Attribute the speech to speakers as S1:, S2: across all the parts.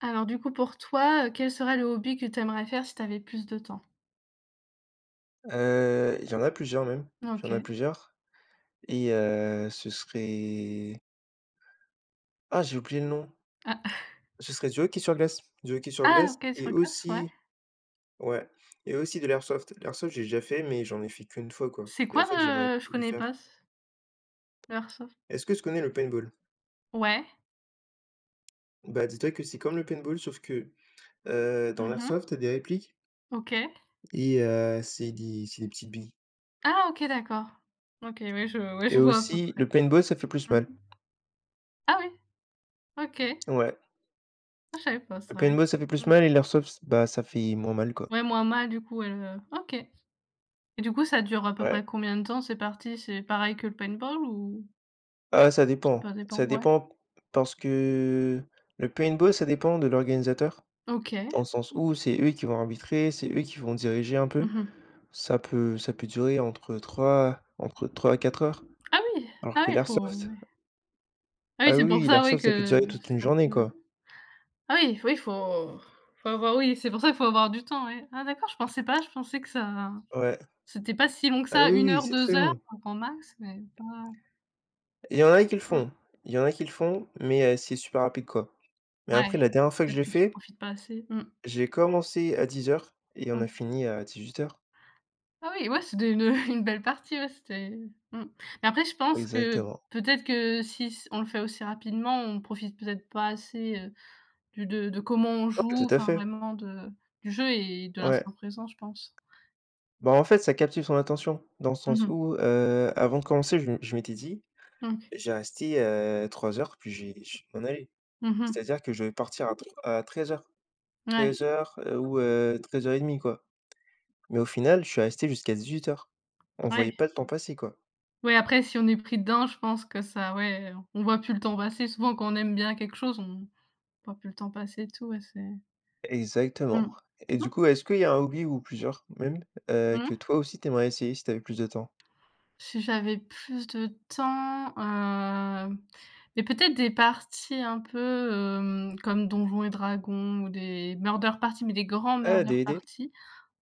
S1: Alors du coup pour toi, quel serait le hobby que tu aimerais faire si tu avais plus de temps?
S2: Il y en a plusieurs même, il y en a
S1: OK.
S2: plusieurs et ce serait ah, j'ai oublié le nom.
S1: Ah
S2: Ce serait du hockey sur glace,
S1: ah OK
S2: et
S1: sur glace, ouais.
S2: aussi, ouais, et aussi de l'airsoft. L'airsoft, j'ai déjà fait, mais j'en ai fait qu'une fois, quoi,
S1: C'est
S2: et en
S1: quoi
S2: fait, j'aimerais
S1: le je
S2: le
S1: connais
S2: faire.
S1: pas ce le airsoft?
S2: Est-ce que tu connais le paintball?
S1: Ouais.
S2: Bah, dis-toi que c'est comme le paintball, sauf que, dans
S1: Mmh.
S2: l'airsoft, t'as des répliques
S1: OK.
S2: et c'est des petites billes,
S1: Ah OK d'accord. OK, oui je ouais
S2: et
S1: je vois à peu
S2: aussi
S1: près.
S2: le paintball, ça fait plus
S1: Mmh.
S2: mal.
S1: Ah oui? OK.
S2: Ouais,
S1: Ah je savais pas
S2: le
S1: ça, ouais.
S2: paintball, ça fait plus
S1: Mmh.
S2: mal et l'airsoft, bah, ça fait moins mal, quoi.
S1: Ouais moins mal du coup elle, OK. Et du coup ça dure à peu
S2: Ouais.
S1: près combien de temps? C'est parti, c'est pareil que le paintball ou
S2: Ah, ça dépend.
S1: ça dépend?
S2: Ça
S1: Ouais.
S2: dépend parce que le paintball, ça dépend de l'organisateur,
S1: OK.
S2: dans le sens où c'est eux qui vont arbitrer, c'est eux qui vont diriger un peu.
S1: Mmh.
S2: Ça peut durer entre 3 à 4 heures,
S1: Ah oui!
S2: alors
S1: Ah
S2: que
S1: oui, il faut.
S2: l'airsoft,
S1: Ah oui,
S2: ah oui,
S1: c'est pour
S2: oui,
S1: ça, oui,
S2: ça peut
S1: que
S2: durer toute une
S1: ça
S2: journée,
S1: peut.
S2: quoi.
S1: Ah oui, oui, faut avoir, oui, c'est pour ça qu'il faut avoir du temps, ouais. Ah d'accord, je pensais pas, je pensais que ça
S2: Ouais.
S1: c'était pas si long que
S2: Ah
S1: ça,
S2: oui,
S1: une
S2: oui,
S1: heure,
S2: c'est
S1: 2
S2: très
S1: heures,
S2: long.
S1: grand max, mais pas.
S2: Il y en a qui le
S1: Mmh,
S2: font, il y en a qui le font, mais c'est super rapide, quoi. Mais
S1: ouais,
S2: après, la dernière fois que je
S1: peut-être
S2: l'ai
S1: que tu
S2: fait,
S1: profites pas assez. Mmh.
S2: j'ai commencé à 10 heures et on a
S1: OK.
S2: fini à 18 heures.
S1: Ah oui, ouais, c'était une, une belle partie, ouais, c'était. Mmh. Mais après je pense que
S2: Exactement.
S1: peut-être que si s on le fait aussi rapidement, on profite peut-être pas assez, du de comment on
S2: Ouais, tout
S1: joue,
S2: à
S1: enfin
S2: fait.
S1: vraiment de du jeu et de
S2: Ouais.
S1: l'instant présent, je pense.
S2: Bah, en fait, ça captive son attention, dans le
S1: Mmh
S2: sens
S1: mh.
S2: où, avant de commencer, je m'étais dit:
S1: Mmh.
S2: «Je vais rester, 3 heures, puis je vais m'en aller».
S1: Mmh mh.
S2: C'est-à-dire que je vais partir à 13:00,
S1: Ouais,
S2: ou 13h30, quoi. Mais au final, je suis resté jusqu'à 18 heures. On voyait
S1: ouais.
S2: pas le temps passer, quoi.
S1: Ouais, après si on est pris dedans, je pense que ça, ouais, on voit plus le temps passer. Souvent quand on aime bien quelque chose, on voit plus le temps passer et tout, ouais, c'est.
S2: Exactement.
S1: Mmh.
S2: Et du
S1: Mmh.
S2: coup, est-ce qu'il y a un hobby ou plusieurs même,
S1: Mmh.
S2: que toi aussi tu aimerais essayer si tu avais plus de temps?
S1: Si j'avais plus de temps, mais peut-être des parties un peu, comme Donjons et Dragons ou des murder parties, mais des grands
S2: Ah,
S1: murder
S2: DVD?
S1: parties.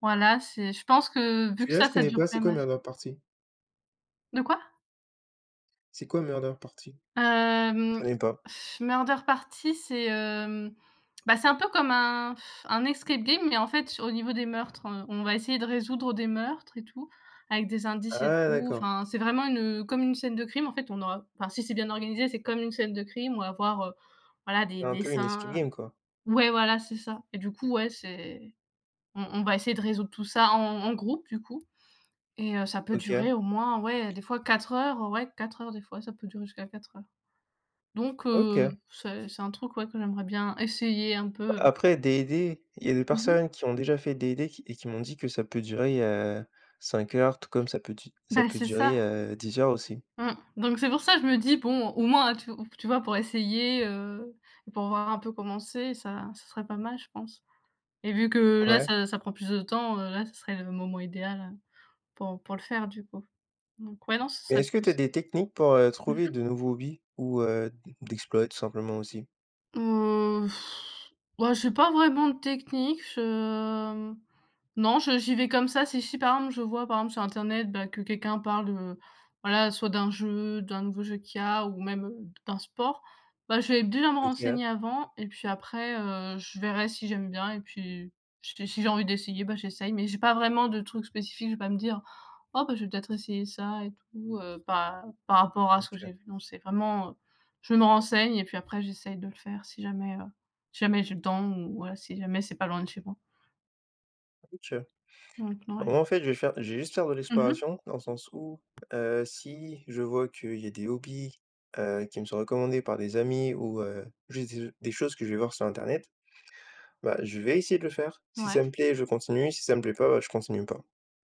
S1: Voilà, c'est je pense que vu que
S2: Celui-là,
S1: ça,
S2: je
S1: ça
S2: connais
S1: dure
S2: pas,
S1: quand
S2: c'est
S1: même
S2: quoi
S1: assez.
S2: Murder Party?
S1: De quoi?
S2: C'est quoi Murder Party? Je
S1: Hem,
S2: connais pas.
S1: Murder Party, c'est, bah, c'est un peu comme un escape game, mais en fait, sur au niveau des meurtres, on va essayer de résoudre des meurtres et tout, avec des indices et
S2: Ah
S1: tout.
S2: d'accord,
S1: Enfin, c'est vraiment une, comme une scène de crime. En fait, on aura enfin, si c'est bien organisé, c'est comme une scène de crime. On va avoir, voilà, des
S2: c'est un peu une escape
S1: dessins.
S2: game, quoi.
S1: Ouais, voilà, c'est ça et du coup, ouais, c'est. On va essayer de résoudre tout ça en groupe, du coup. Et ça peut
S2: OK,
S1: durer au moins, ouais, des fois 4 heures, ouais, 4 heures, des fois, ça peut durer jusqu'à 4 heures. Donc
S2: OK.
S1: c'est un truc, ouais, que j'aimerais bien essayer un peu.
S2: Après D&D, il y a des
S1: Mmh mh.
S2: personnes qui ont déjà fait D&D qui m'ont dit que ça peut durer, 5 heures, tout comme ça
S1: Bah,
S2: peut
S1: c'est ça.
S2: durer, 10 heures aussi.
S1: Mmh. Donc c'est pour ça, je me dis: «Bon, au moins, tu vois, pour essayer, pour voir un peu comment c'est, ça ça serait pas mal, je pense» et vu que là,
S2: Ouais.
S1: ça ça prend plus de temps, là, ce serait le moment idéal, pour le faire, du coup. Donc ouais, non, ce
S2: Mais
S1: serait
S2: est-ce que
S1: plutôt
S2: tu as
S1: ça.
S2: des techniques pour,
S1: Mmh
S2: trouver
S1: mh.
S2: de nouveaux hobbies, ou, d'explorer tout simplement aussi?
S1: Heu, bah, j'ai pas vraiment de technique, je. Non, je j'y vais comme ça. Si si, par exemple, je vois, par exemple, sur internet, bah, que quelqu'un parle, voilà, soit d'un jeu, d'un nouveau jeu qu'il y a ou même, d'un sport, bah, je vais déjà me
S2: OK,
S1: renseigner avant et puis après, je verrai si j'aime bien et puis si j'ai envie d'essayer, bah, j'essaye. Mais j'ai pas vraiment de trucs spécifiques. Je vais pas me dire: «Oh, bah, je vais peut-être essayer ça et tout», par rapport à ce que
S2: OK,
S1: j'ai vu. Non, c'est vraiment, je me renseigne et puis après j'essaye de le faire si jamais, si jamais j'ai le temps ou voilà, si jamais c'est pas loin de chez moi.
S2: OK.
S1: Donc non, ouais.
S2: Moi, en fait, je vais juste faire de
S1: Mmh.
S2: l'exploration, dans le sens où, si je vois qu'il y a des hobbies, qui me sont recommandés par des amis, ou, juste des choses que je vais voir sur internet. Bah, je vais essayer de le faire. Si
S1: Ouais.
S2: ça me plaît, je continue, si ça me plaît pas, bah, je continue pas,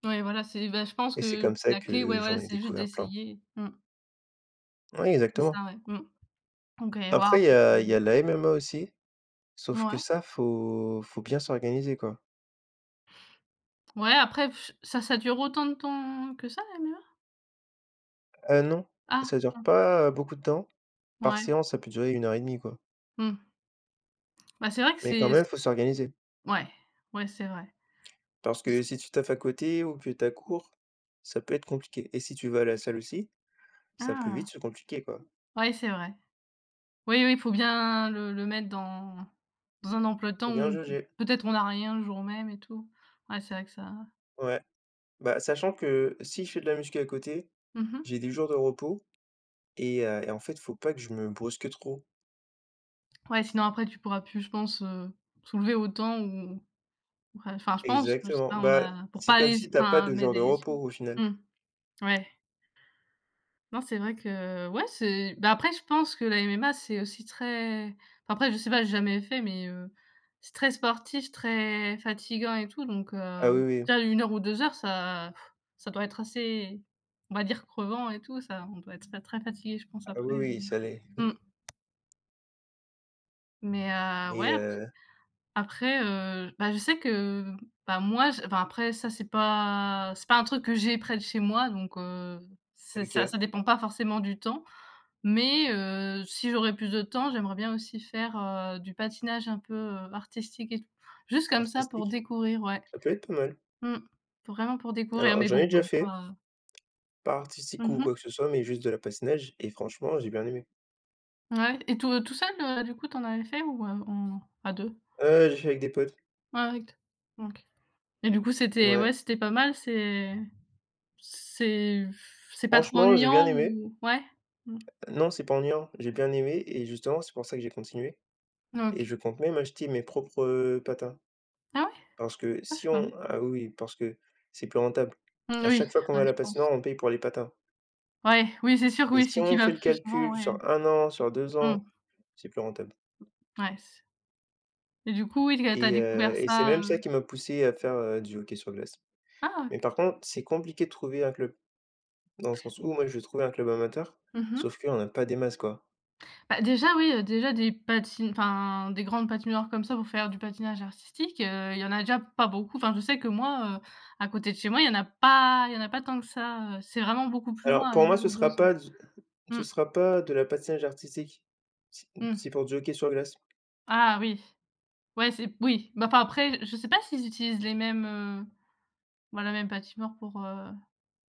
S1: Ouais, voilà, c'est bah, je pense
S2: et c'est
S1: que
S2: comme ça
S1: la clé,
S2: que
S1: ouais, voilà,
S2: j'en ai
S1: c'est juste
S2: découvert plein.
S1: d'essayer. Mmh.
S2: Oui,
S1: C'est
S2: exactement.
S1: ça, ouais. Mmh. OK,
S2: Après
S1: waouh.
S2: il y a
S1: Mouais.
S2: la MMA aussi, sauf que
S1: Ouais.
S2: ça, faut bien s'organiser, quoi.
S1: Ouais, après ch ça ça dure autant de temps que ça, la MUA?
S2: Non,
S1: Ah,
S2: ça dure pas, beaucoup de temps. Par
S1: ouais.
S2: séance, ça peut durer 1h30, quoi,
S1: Mmh. Bah, c'est vrai que
S2: mais quand
S1: c'est c.
S2: même, faut s'organiser,
S1: Ouais. Ouais, c'est vrai.
S2: parce que si tu taffes à côté ou que t'as cours, ça peut être compliqué, et si tu vas à la salle aussi, ça peut
S1: Ah!
S2: vite se compliquer, quoi.
S1: Ouais, c'est vrai. Oui, oui, il faut bien le mettre dans un emploi de
S2: Faut
S1: temps
S2: bien
S1: où
S2: jauger.
S1: peut-être on a rien le jour même et tout. Ouais, c'est vrai que ça.
S2: Ouais. Bah, sachant que si je fais de la muscu à côté,
S1: Mmh.
S2: j'ai des jours de repos. Et en fait, faut pas que je me brusque trop.
S1: Ouais, sinon après tu pourras plus, je pense, soulever autant ou. Ouais, enfin, je pense, je sais
S2: Exactement.
S1: pas, on
S2: Bah,
S1: a pour
S2: c'est
S1: pas
S2: comme
S1: les
S2: si t'as pas
S1: enfin,
S2: de
S1: mettre
S2: jour de
S1: des.
S2: repos au final.
S1: Mmh, ouais. Non, c'est vrai que ouais, c'est bah, après je pense que la MMA, c'est aussi très enfin, après je sais pas, j'ai jamais fait mais c'est très sportif, très fatigant et tout donc
S2: Ah oui, oui.
S1: déjà 1 heure ou 2 heures ça ça doit être assez, on va dire crevant et tout, ça on doit être très, très fatigué je pense
S2: Ah
S1: après.
S2: oui, oui, ça l'est.
S1: Mmh, mais
S2: Mais
S1: ouais. Après, bah, je sais que, bah, moi j enfin, après ça c'est pas un truc que j'ai près de chez moi donc c'est ça
S2: OK.
S1: ça dépend pas forcément du temps. Mais si j'aurais plus de temps, j'aimerais bien aussi faire, du patinage un peu, artistique et tout. Juste comme ça pour
S2: Artistique,
S1: découvrir, ouais.
S2: ça peut être pas mal.
S1: Mmh. Pour vraiment pour découvrir,
S2: Alors
S1: mais
S2: j'en ai
S1: bon, on
S2: déjà
S1: est
S2: fait,
S1: pas.
S2: pas artistique ou
S1: Mmh.
S2: quoi que ce soit, mais juste de la patinage, et franchement, j'ai bien aimé.
S1: Ouais et tout tout seul, du coup, t'en avais fait ou, en à 2.
S2: J'ai fait avec des potes.
S1: Ouais, avec t. OK et du coup, c'était
S2: Ouais.
S1: ouais, c'était pas mal, c'est. C'est pas trop
S2: Franchement, j'ai bien
S1: ennuyant
S2: aimé.
S1: ou ouais? Mmh.
S2: Non, c'est pas ennuyant. J'ai bien aimé, et justement, c'est pour ça que j'ai continué et
S1: OK.
S2: je compte même acheter mes propres patins.
S1: Ah ouais?
S2: Parce que
S1: Ah
S2: si
S1: c'est pas
S2: on
S1: mal.
S2: Ah oui, parce que c'est plus rentable.
S1: Mmh,
S2: À
S1: oui,
S2: chaque fois qu'on va
S1: ouais,
S2: à
S1: je
S2: la
S1: pense.
S2: patinoire, on paye pour les patins,
S1: Ouais, oui, c'est sûr,
S2: et
S1: oui,
S2: si
S1: si tu
S2: on
S1: y vas
S2: fait le
S1: plus souvent,
S2: calcul
S1: ouais.
S2: sur 1 an, sur deux
S1: Mmh,
S2: ans, c'est plus rentable,
S1: ouais c et du coup, oui, tu as découvert
S2: et c'est
S1: ça,
S2: même ça qui m'a poussé à faire, du hockey sur glace.
S1: ah
S2: Mais
S1: OK.
S2: par contre, c'est compliqué de trouver un club, dans le sens où moi, je trouvais un club amateur,
S1: Mmh mh.
S2: sauf qu'il y en a pas des masses, quoi.
S1: Bah, déjà, oui, déjà des patines enfin, des grandes patinoires comme ça pour faire du patinage artistique, il y en a déjà pas beaucoup. Enfin, je sais que moi, à côté de chez moi, il y en a pas tant que ça, c'est vraiment beaucoup plus
S2: Alors,
S1: loin, à
S2: pour
S1: une
S2: moi,
S1: heure ou 2 heures.
S2: ce
S1: Mmh,
S2: sera pas de la patinage artistique.
S1: mmh.
S2: C'est pour du hockey sur glace.
S1: Ah oui. Ouais, c'est oui, bah, enfin, après, je sais pas s'ils utilisent les mêmes, bah, la même pâtimeur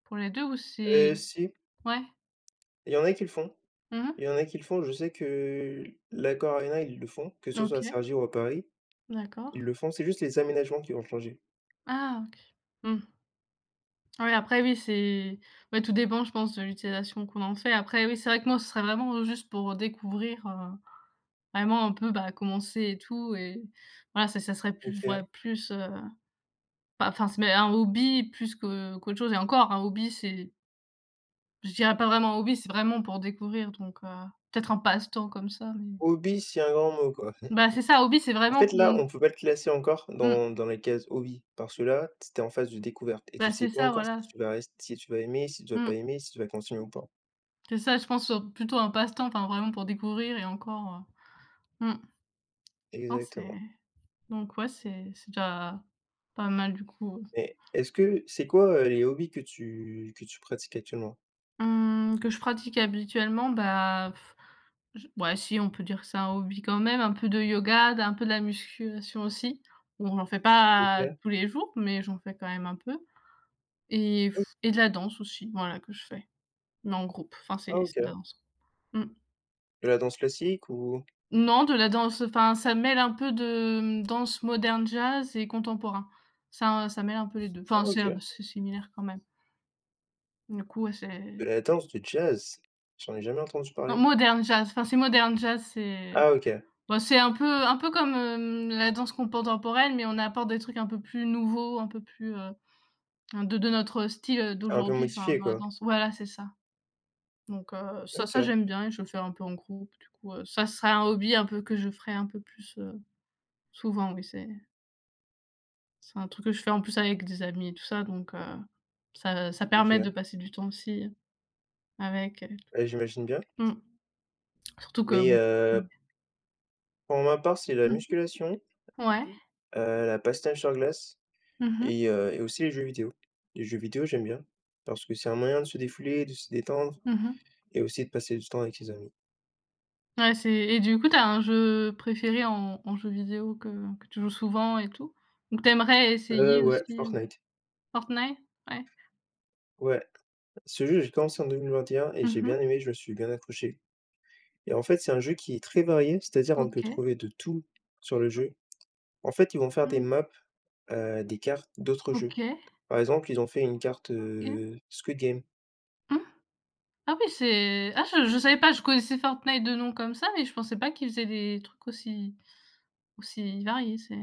S1: pour les 2 ou c'est
S2: Si.
S1: ouais?
S2: Il y en a qui le font,
S1: Mmh mh.
S2: il y en a qui le font. Je sais que l'Accor Arena, ils le font, que ce soit à
S1: OK,
S2: Cergy ou à Paris, ils
S1: d'accord.
S2: le font. C'est juste les aménagements qui vont changer.
S1: Ah OK. Mmh. Ouais, après oui, c'est ouais, tout dépend, je pense, de l'utilisation qu'on en fait. Après oui, c'est vrai que moi, ce serait vraiment juste pour découvrir, vraiment un peu, bah, comment c'est et tout et voilà, ça ça serait plus vrai
S2: OK.
S1: plus, pas enfin, c'est mais un hobby plus que qu'autre chose et encore un hobby, c'est. Je dirais pas vraiment hobby, c'est vraiment pour découvrir donc peut-être un passe-temps comme ça, mais
S2: Hobby, c'est un grand mot, quoi.
S1: bah, c'est ça, hobby, c'est
S2: En
S1: vraiment
S2: fait,
S1: qu'on.
S2: là, on peut pas le classer encore
S1: Mmh,
S2: dans la case hobby, parce que là, c'était en phase de découverte et tu
S1: bah,
S2: sais
S1: c'est
S2: pas
S1: ça,
S2: encore
S1: voilà.
S2: si tu vas aimer, si tu vas pas
S1: Mmh,
S2: aimer, si tu vas continuer ou pas.
S1: c'est ça, je pense, plutôt un passe-temps, enfin, vraiment pour découvrir et encore, mmh, non, c'est
S2: Exactement.
S1: donc ouais, c'est déjà pas mal du coup.
S2: Mais est-ce que c'est quoi, les hobbies que tu pratiques actuellement?
S1: Mmh, que je pratique habituellement, bah, j ouais, si, on peut dire que c'est un hobby quand même, un peu de yoga, d un peu de la musculation aussi. Bon, j'en fais pas
S2: OK.
S1: tous les jours, mais j'en fais quand même un peu. Et
S2: O
S1: f et de la danse aussi, voilà, que je fais, mais en groupe, enfin
S2: Ah,
S1: c'est
S2: OK.
S1: de la danse. Mmh.
S2: De la danse classique ou?
S1: Non, de la danse, enfin ça mêle un peu de, mmh, danse moderne jazz et contemporain. Ça ça mêle un peu les 2
S2: Ah,
S1: enfin c'est ah,
S2: OK.
S1: bah, c'est similaire quand même. Du coup, ouais,
S2: De
S1: c'est
S2: la danse de jazz? J'en ai jamais entendu
S1: non,
S2: parler.
S1: moderne jazz, enfin c'est moderne jazz, c'est
S2: Ah OK,
S1: bah, c'est un peu comme, la danse contemporaine, mais on apporte des trucs un peu plus nouveaux, un peu plus, de notre style,
S2: un peu
S1: d'aujourd'hui, enfin
S2: modifié,
S1: dans la
S2: quoi?
S1: danse. Voilà, c'est ça. Donc ça ça
S2: OK,
S1: j'aime bien et je le fais un peu en groupe du coup, ça serait un hobby un peu que je ferais un peu plus, souvent oui, c'est un truc que je fais en plus avec des amis et tout ça donc ça ça permet
S2: OK.
S1: de passer du temps aussi avec,
S2: Ouais, j'imagine bien.
S1: mmh, surtout que
S2: Mais
S1: bon. Mmh
S2: pour ma part, c'est la
S1: mh.
S2: musculation,
S1: Ouais.
S2: la patinage sur glace,
S1: Mmh mh.
S2: et aussi les jeux vidéo. Les jeux vidéo, j'aime bien parce que c'est un moyen de se défouler, de se détendre
S1: Mmh.
S2: et aussi de passer du temps avec ses amis.
S1: Ouais, c'est et du coup, t'as un jeu préféré en jeu vidéo que tu joues souvent et tout? Donc t'aimerais essayer
S2: Ouais,
S1: aussi, heu?
S2: Fortnite.
S1: Fortnite? Ouais.
S2: Ouais, ce jeu, j'ai commencé en 2021 et j'ai
S1: Mmh.
S2: bien aimé, je me suis bien accroché, et en fait, c'est un jeu qui est très varié, c'est-à-dire on peut
S1: OK.
S2: trouver de tout sur le jeu. En fait, ils vont faire des
S1: Mmh.
S2: maps, des cartes d'autres jeux.
S1: OK.
S2: Par exemple, ils ont fait une carte,
S1: OK.
S2: Squid Game.
S1: Mmh. Ah oui, c'est ah je savais pas, je connaissais Fortnite de nom comme ça, mais je pensais pas qu'ils faisaient des trucs aussi variés, c'est.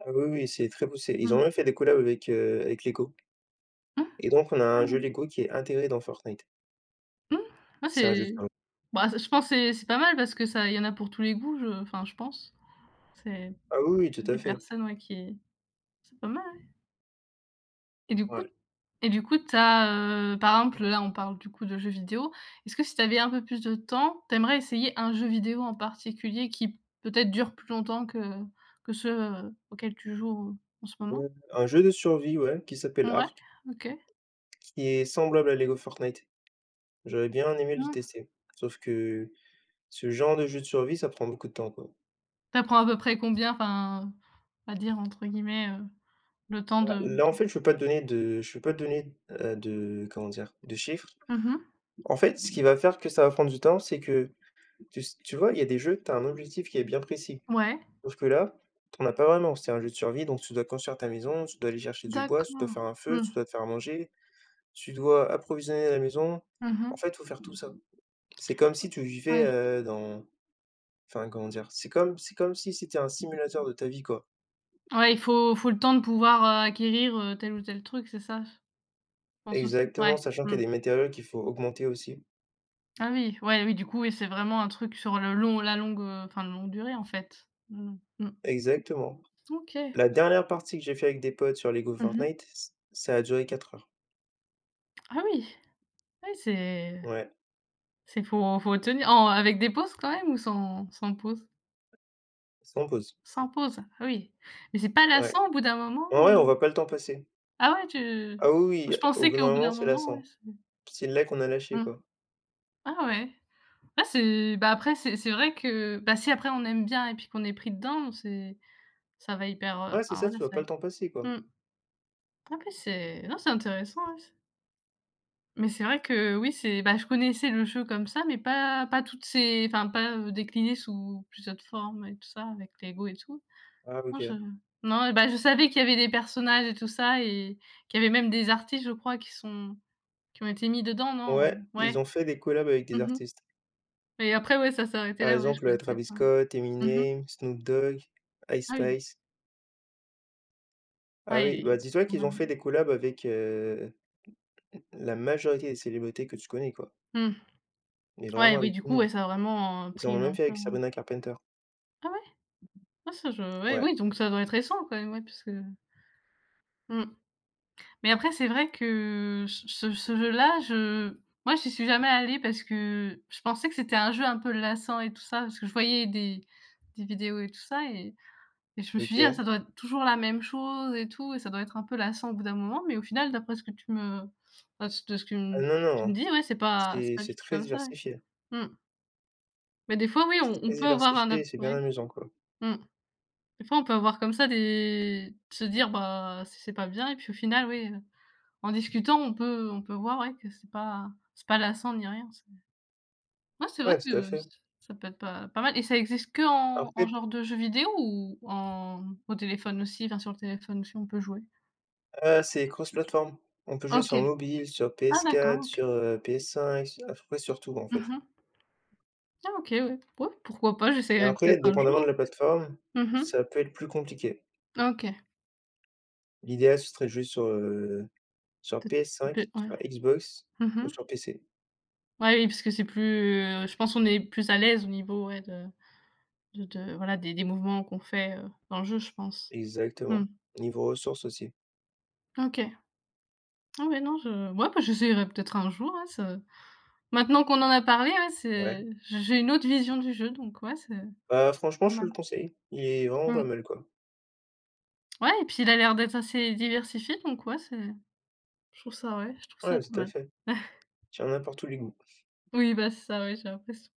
S2: Ah oui, oui, c'est très poussé. Ils ont
S1: Mmh.
S2: même fait des collabs avec, Lego,
S1: Mmh.
S2: et donc on a
S1: Ah
S2: un jeu
S1: ouais.
S2: Lego qui est intégré dans Fortnite.
S1: Mmh. Ouais,
S2: C'est un jeu de
S1: c'est
S2: surv
S1: bah, c'est- je pense que c'est pas mal parce que ça il y en a pour tous les goûts, je enfin je pense. C'est
S2: Ah oui, oui, tout à
S1: des
S2: fait.
S1: personnes, ouais, qui c'est pas mal, ouais, et du coup
S2: Ouais,
S1: et du coup, t'as as, par exemple, là, on parle du coup de jeux vidéo. Est-ce que si t'avais un peu plus de temps, t'aimerais essayer un jeu vidéo en particulier qui peut-être dure plus longtemps que ceux, auxquels tu joues en ce moment?
S2: un jeu de survie, ouais, qui s'appelle
S1: Mouais,
S2: Ark,
S1: OK.
S2: qui est semblable à Lego Fortnite. J'aurais bien aimé le
S1: Mmh.
S2: tester, sauf que ce genre de jeu de survie, ça prend beaucoup de temps, quoi.
S1: Tu apprends à peu près combien? Enfin, on va dire entre guillemets, le temps
S2: Bah,
S1: de
S2: là, en fait, je peux pas te donner, de comment dire? De chiffres.
S1: mmh mh.
S2: En fait, ce qui va faire que ça va prendre du temps, c'est que tu vois, il y a des jeux, tu as un objectif qui est bien précis.
S1: Ouais,
S2: Sauf que là, tu en as pas vraiment. C'est un jeu de survie, donc tu dois construire ta maison, tu dois aller chercher du bois, tu dois
S1: d'accord.
S2: faire un feu,
S1: Mmh.
S2: tu dois te faire à manger, tu dois approvisionner la maison.
S1: Mmh
S2: En
S1: mh.
S2: fait, faut faire tout ça. C'est comme si tu vivais,
S1: Ouais.
S2: dans enfin, comment dire? C'est comme si c'était un simulateur de ta vie, quoi.
S1: Ouais, il faut le temps de pouvoir, acquérir, tel ou tel truc, c'est ça? Je pense aussi. Ouais.
S2: Exactement, sachant qu'il
S1: Mmh.
S2: y a des matériaux qu'il faut augmenter aussi.
S1: Ah oui, ouais, oui, du coup, oui, c'est vraiment un truc sur le longue, enfin longue durée, en fait. Mmh. Mmh.
S2: Exactement.
S1: OK.
S2: La dernière partie que j'ai fait avec des potes sur Lego
S1: Mmh mh.
S2: Fortnite, ç ça a duré 4 heures.
S1: Ah oui! Oui, c'est
S2: Ouais,
S1: c'est faut tenir en avec des pauses quand même ou sans pause?
S2: sans pause.
S1: Sans pause? Ah oui. Mais c'est pas
S2: Ouais.
S1: lassant au bout d'un moment,
S2: Ouais, ouais, on
S1: heu?
S2: voit pas le temps passer.
S1: Ah ouais, tu
S2: Ah oui, oui,
S1: je
S2: au
S1: pensais
S2: bout
S1: qu'au
S2: d'un
S1: bout
S2: moment,
S1: d'un
S2: c'est
S1: moment, ouais,
S2: lassant.
S1: c'est
S2: C'est là qu'on a lâché,
S1: mmh.
S2: quoi.
S1: Ah ouais. Ouais, c'est bah, après c'est vrai que, bah, si après on aime bien et puis qu'on est pris dedans, c'est ça va hyper,
S2: Ouais, c'est
S1: enfin
S2: ça, tu
S1: voilà,
S2: vois
S1: ça
S2: pas le temps
S1: va
S2: passer, quoi.
S1: mmh. Ah oui, c'est non, c'est intéressant, ouais, c mais c'est vrai que oui, c'est bah, je connaissais le jeu comme ça, mais pas toutes ses enfin pas, décliné sous plusieurs formes et tout ça avec Lego et tout.
S2: Ah,
S1: Non,
S2: OK.
S1: je non, bah, je savais qu'il y avait des personnages et tout ça et qu'il y avait même des artistes, je crois, qui ont été mis dedans, non?
S2: Ouais, ils
S1: Ouais.
S2: ont fait des collabs avec
S1: Mmh
S2: des
S1: mh.
S2: artistes.
S1: Et après, ouais, ça s'est arrêté
S2: Par
S1: là, ouais, je
S2: exemple,
S1: connaissais
S2: Travis
S1: pas.
S2: Scott,
S1: Mmh mh.
S2: Eminem, Snoop Dogg, Ice
S1: Ah oui.
S2: Spice. Ah oui,
S1: Ouais
S2: bah, dis-toi qu'ils ont fait des collabs avec, la majorité des célébrités que tu connais, quoi.
S1: mmh.
S2: Mais
S1: Ouais,
S2: vraiment
S1: oui,
S2: avec
S1: du
S2: tout le
S1: coup,
S2: monde.
S1: ouais, ça a vraiment,
S2: Ils en
S1: pris
S2: ont
S1: une
S2: même fait
S1: ampleur,
S2: avec
S1: ouais.
S2: Sabrina Carpenter.
S1: Ah ouais? Ah ça je ouais,
S2: Ouais,
S1: oui, donc ça doit être récent quand même, ouais, puisque mmh. Mais après, c'est vrai que ce jeu-là, je moi, j'y suis jamais allée parce que je pensais que c'était un jeu un peu lassant et tout ça, parce que je voyais des vidéos et tout ça et je me suis dit: «Ah,
S2: OK.
S1: ça doit être toujours la même chose et tout et ça doit être un peu lassant au bout d'un moment», mais au final, d'après ce que tu me enfin, de ce que
S2: Ah
S1: m
S2: non,
S1: tu me
S2: non,
S1: dis, ouais, c'est pas c'est pas
S2: c'est
S1: du tout
S2: très
S1: comme ça, ouais.
S2: diversifié.
S1: Mmh. Mais des fois, oui,
S2: C'est
S1: on
S2: très
S1: peut avoir un
S2: diversifié
S1: a
S2: et c'est bien
S1: ouais,
S2: amusant, quoi.
S1: mmh. Des fois, on peut avoir comme ça des se dire: «Bah, c'est pas bien» et puis au final, oui, en discutant, on peut voir, ouais, que c'est pas lassant ni rien, c'est ouais, c'est vrai
S2: Ouais, tout à
S1: que
S2: fait.
S1: ç ça peut être pas mal et ça existe que en
S2: Après
S1: genre de jeu vidéo ou en au téléphone aussi? Enfin, sur le téléphone aussi, on peut jouer?
S2: C'est cross-plateforme. On peut jouer
S1: OK.
S2: sur mobile, sur
S1: Ah d'accord,
S2: PS4,
S1: OK.
S2: sur, PS5, su à peu près sur tout, en fait.
S1: Mmh. Ah OK, ouais. Ouais, pourquoi pas,
S2: Mais
S1: j'essaierai
S2: après,
S1: peut-être un jour,
S2: dépendamment de la plateforme,
S1: hein. Mmh.
S2: ça peut être plus compliqué.
S1: OK.
S2: L'idéal, ce serait de jouer sur,
S1: Peut-être
S2: PS5,
S1: peut ouais.
S2: sur Xbox ou
S1: Mmh.
S2: sur PC.
S1: Ouais, oui, parce que c'est plus, je pense qu'on est plus à l'aise au niveau, ouais, de de voilà, des mouvements qu'on fait, dans le jeu, je pense. Mmh.
S2: Exactement. Niveau ressources aussi.
S1: OK. Ah ouais, non, je ouais, bah, j'essayerai peut-être un jour, hein, ça maintenant qu'on en a parlé, ouais,
S2: Ouais.
S1: c'est j'ai une autre vision du jeu, donc ouais, c'est
S2: Bah, franchement,
S1: pas
S2: je te
S1: mal.
S2: le conseille. Il est vraiment pas
S1: Mmh.
S2: mal, quoi.
S1: Ouais et puis il a l'air d'être assez diversifié, donc ouais, c'est je trouve ça ouais, je trouve ça
S2: Ouais,
S1: pas
S2: tout à
S1: mal.
S2: fait. Sur n'importe où les
S1: Oui, bah, c'est ça, oui, j'ai l'impression.